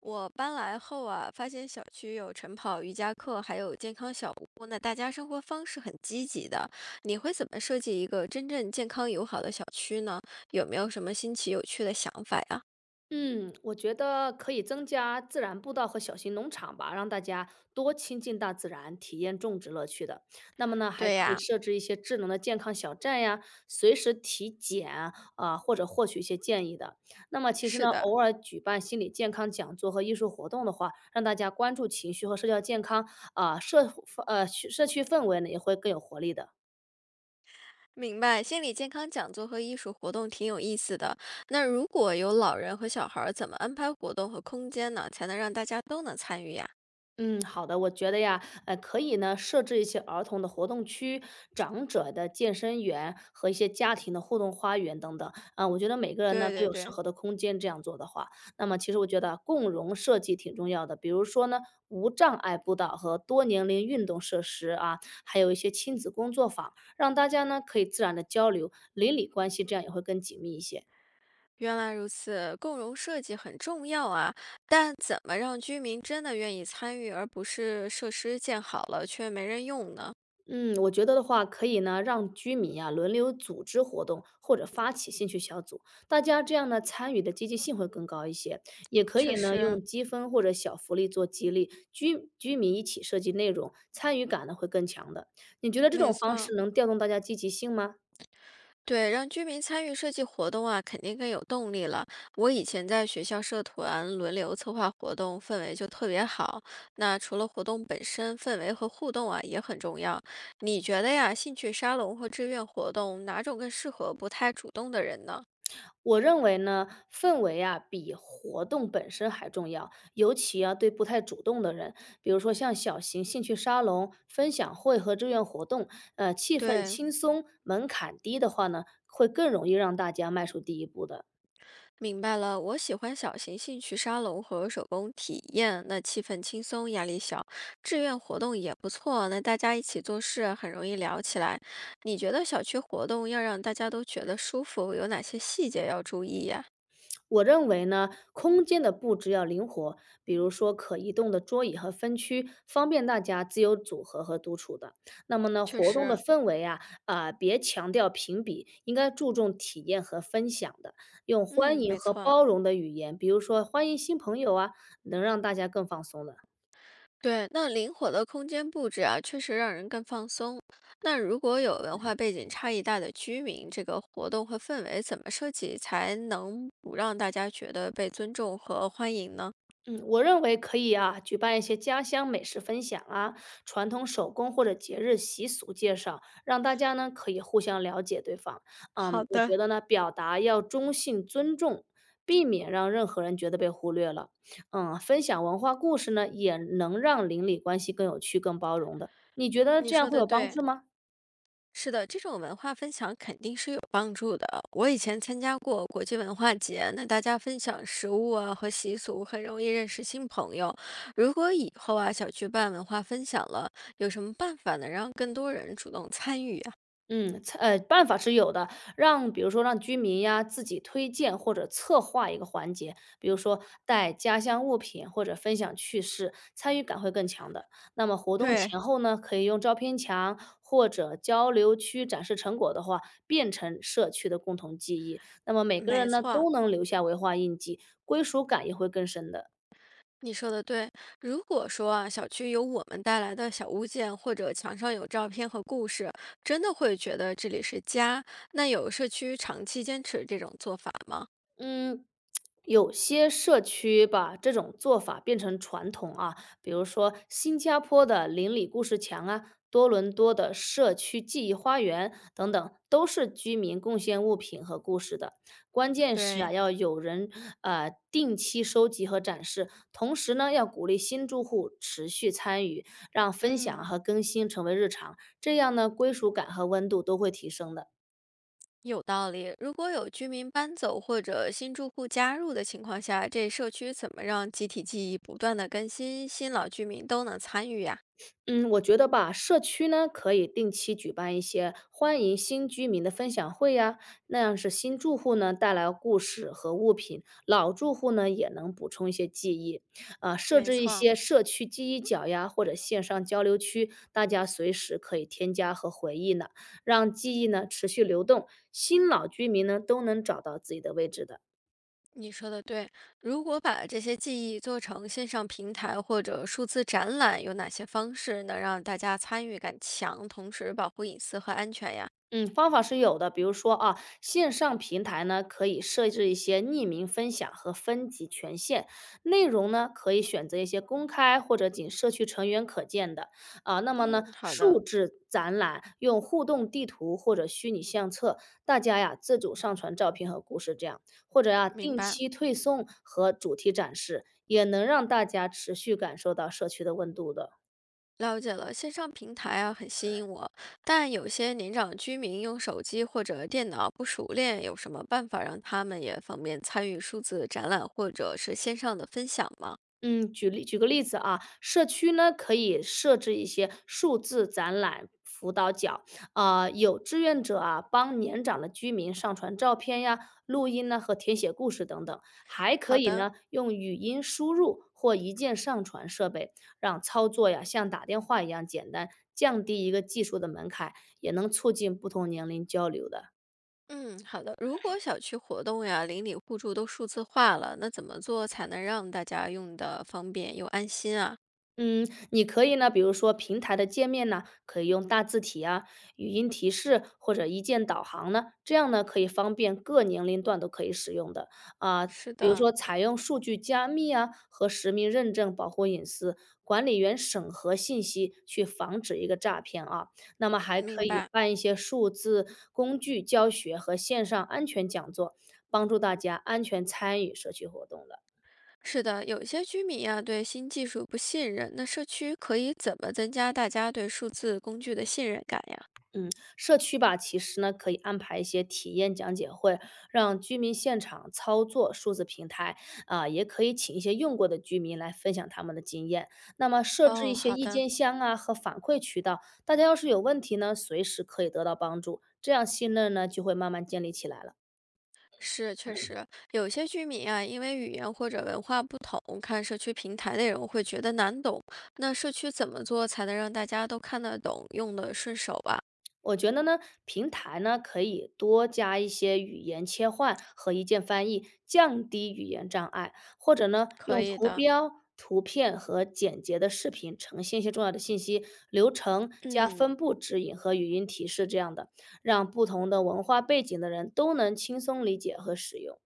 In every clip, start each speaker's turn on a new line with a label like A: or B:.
A: 我搬来后啊，发现小区有晨跑、瑜伽课，还有健康小屋，那大家生活方式很积极的。你会怎么设计一个真正健康友好的小区呢？有没有什么新奇有趣的想法呀？
B: 嗯，我觉得可以增加自然步道和小型农场吧，让大家多亲近大自然，体验种植乐趣的。那么呢，还
A: 对
B: 可以
A: 呀，
B: 设置一些智能的健康小站呀，随时体检啊，或者获取一些建议的。那么其实
A: 是
B: 呢，
A: 的，
B: 偶尔举办心理健康讲座和艺术活动的话，让大家关注情绪和社交健康啊，社区氛围呢也会更有活力的。
A: 明白，心理健康讲座和艺术活动挺有意思的。那如果有老人和小孩儿，怎么安排活动和空间呢，才能让大家都能参与呀？
B: 嗯，好的，我觉得呀，可以呢，设置一些儿童的活动区、长者的健身园和一些家庭的互动花园等等。啊、我觉得每个人呢
A: 对
B: 都
A: 对
B: 有适
A: 对。
B: 合的空间，这样做的话，那么其实我觉得啊共融设计挺重要的。比如说呢，无障碍步道和多年龄运动设施啊，还有一些亲子工作坊，让大家呢可以自然的交流，邻里关系这样也会更紧密一些。
A: 原来如此，共融设计很重要啊，但怎么让居民真的愿意参与，而不是设施建好了却没人用呢？
B: 嗯，我觉得的话，可以呢让居民呀轮流组织活动，或者发起兴趣小组，大家这样呢参与的积极性会更高一些。也可
A: 确
B: 以呢
A: 实，
B: 用积分或者小福利做激励，居民一起设计内容，参与感呢会更强的。你觉得这
A: 没
B: 种方
A: 错，
B: 式能调动大家积极性吗？
A: 对，让居民参与设计活动啊，肯定更有动力了。我以前在学校社团轮流策划活动，氛围就特别好。那除了活动本身，氛围和互动啊也很重要。你觉得呀，兴趣沙龙和志愿活动哪种更适合不太主动的人呢？
B: 我认为呢，氛围啊比活动本身还重要，尤其啊对不太主动的人，比如说像小型兴趣沙龙、分享会和志愿活动，气氛
A: 对。
B: 轻松、门槛低的话呢，会更容易让大家迈出第一步的。
A: 明白了，我喜欢小型兴趣沙龙和手工体验，那气氛轻松，压力小，志愿活动也不错，那大家一起做事很容易聊起来。你觉得小区活动要让大家都觉得舒服，有哪些细节要注意呀？
B: 我认为呢，空间的布置要灵活，比如说可移动的桌椅和分区，方便大家自由组合和独处的。那么呢，
A: 确
B: 活动的
A: 实，
B: 氛围啊，啊、别强调评比，应该注重体验和分享的，用欢
A: 嗯，
B: 迎
A: 没
B: 和
A: 错。
B: 包容的语言，比如说欢迎新朋友啊，能让大家更放松的。
A: 对，那灵活的空间布置啊，确实让人更放松。那如果有文化背景差异大的居民，这个活动和氛围怎么设计才能不让大家觉得被尊重和欢迎呢？
B: 嗯，我认为可以啊，举办一些家乡美食分享啊，传统手工或者节日习俗介绍，让大家呢可以互相了解对方。
A: 好
B: 嗯，我
A: 的，
B: 觉得呢，表达要中性尊重，避免让任何人觉得被忽略了。嗯，分享文化故事呢，也能让邻里关系更有趣、更包容的。你觉得
A: 你
B: 这样
A: 说
B: 会
A: 的
B: 有帮
A: 对，
B: 助吗？
A: 是的，这种文化分享肯定是有帮助的。我以前参加过国际文化节，那大家分享食物啊和习俗，很容易认识新朋友。如果以后啊小区办文化分享了，有什么办法能让更多人主动参与啊？
B: 嗯，办法是有的，让比如说让居民呀自己推荐或者策划一个环节，比如说带家乡物品或者分享趣事，参与感会更强的。那么活动
A: 对，
B: 前后呢，可以用照片墙或者交流区展示成果的话，变成社区的共同记忆。那么每个
A: 没
B: 人呢
A: 错，
B: 都能留下文化印记，归属感也会更深的。
A: 你说的对。如果说啊，小区有我们带来的小物件，或者墙上有照片和故事，真的会觉得这里是家。那有社区长期坚持这种做法吗？
B: 嗯，有些社区把这种做法变成传统啊，比如说新加坡的邻里故事墙啊，多伦多的社区记忆花园等等，都是居民贡献物品和故事的。关键是啊，
A: 对，
B: 要有人定期收集和展示，同时呢，要鼓励新住户持续参与，让分享
A: 嗯，
B: 和更新成为日常，这样呢，归属感和温度都会提升的。
A: 有道理。如果有居民搬走或者新住户加入的情况下，这社区怎么让集体记忆不断的更新，新老居民都能参与呀？
B: 嗯，我觉得吧，社区呢可以定期举办一些欢迎新居民的分享会呀，那样是新住户呢带来故事和物品，老住户呢也能补充一些记忆。啊，设
A: 没
B: 置一
A: 错，
B: 些社区记忆角呀，或者线上交流区，大家随时可以添加和回忆呢，让记忆呢持续流动，新老居民呢都能找到自己的位置的。
A: 你说的对。如果把这些记忆做成线上平台或者数字展览，有哪些方式能让大家参与感强，同时保护隐私和安全呀？
B: 嗯，方法是有的，比如说啊，线上平台呢可以设置一些匿名分享和分级权限，内容呢可以选择一些公开或者仅社区成员可见的啊。那么
A: 嗯，
B: 呢，
A: 好的，
B: 数字展览用互动地图或者虚拟相册，大家呀自主上传照片和故事，这样或者呀
A: 明
B: 定
A: 白。
B: 期推送和主题展示，也能让大家持续感受到社区的温度的。
A: 了解了，线上平台啊很吸引我，但有些年长居民用手机或者电脑不熟练，有什么办法让他们也方便参与数字展览或者是线上的分享吗？
B: 嗯，举个例子啊，社区呢可以设置一些数字展览辅导角，啊，有志愿者啊帮年长的居民上传照片呀、录音呢和填写故事等等，还
A: 好
B: 可以
A: 的，
B: 呢用语音输入或一键上传设备，让操作呀像打电话一样简单，降低一个技术的门槛，也能促进不同年龄交流的。
A: 嗯，好的。如果小区活动呀、邻里互助都数字化了，那怎么做才能让大家用的方便又安心啊？
B: 嗯，你可以呢，比如说平台的界面呢，可以用大字体啊、语音提示或者一键导航呢，这样呢可以方便各年龄段都可以使用的啊。
A: 是
B: 比如
A: 的，
B: 说采用数据加密啊和实名认证保护隐私，管理员审核信息去防止一个诈骗啊。那么还
A: 明
B: 可以
A: 白。
B: 办一些数字工具教学和线上安全讲座，帮助大家安全参与社区活动的。
A: 是的，有些居民呀、对新技术不信任，那社区可以怎么增加大家对数字工具的信任感呀？
B: 嗯，社区吧，其实呢可以安排一些体验讲解会，让居民现场操作数字平台啊，也可以请一些用过的居民来分享他们的经验。那么设置
A: 哦，
B: 一些
A: 好
B: 意
A: 的，
B: 见箱啊和反馈渠道，大家要是有问题呢，随时可以得到帮助，这样信任呢就会慢慢建立起来了。
A: 是确实有些居民啊，因为语言或者文化不同，看社区平台内容会觉得难懂。那社区怎么做才能让大家都看得懂、用得顺手吧？
B: 我觉得呢，平台呢可以多加一些语言切换和一键翻译，降低语言障碍，或者呢
A: 可
B: 用
A: 以
B: 图
A: 的，
B: 标、图片和简洁的视频呈现一些重要的信息流程，加
A: 嗯，
B: 分布指引和语音提示这样的，让不同的文化背景的人都能轻松理解和使用。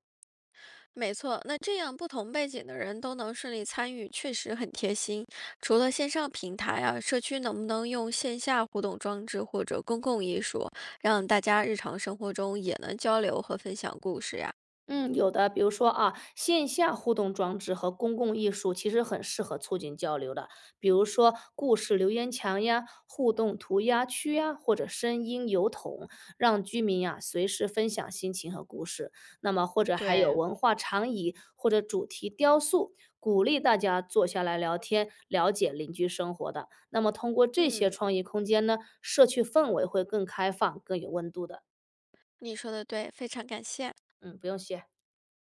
A: 没错。那这样不同背景的人都能顺利参与，确实很贴心。除了线上平台啊，社区能不能用线下互动装置或者公共艺术，让大家日常生活中也能交流和分享故事呀？
B: 嗯，有的，比如说啊，线下互动装置和公共艺术其实很适合促进交流的，比如说故事留言墙呀、互动涂鸦区呀，或者声音邮筒，让居民呀、随时分享心情和故事。那么或者还有
A: 对。
B: 文化长椅或者主题雕塑，鼓励大家坐下来聊天，了解邻居生活的。那么通过这些
A: 嗯，
B: 创意空间呢，社区氛围会更开放、更有温度的。
A: 你说的对，非常感谢。
B: 嗯，不用谢。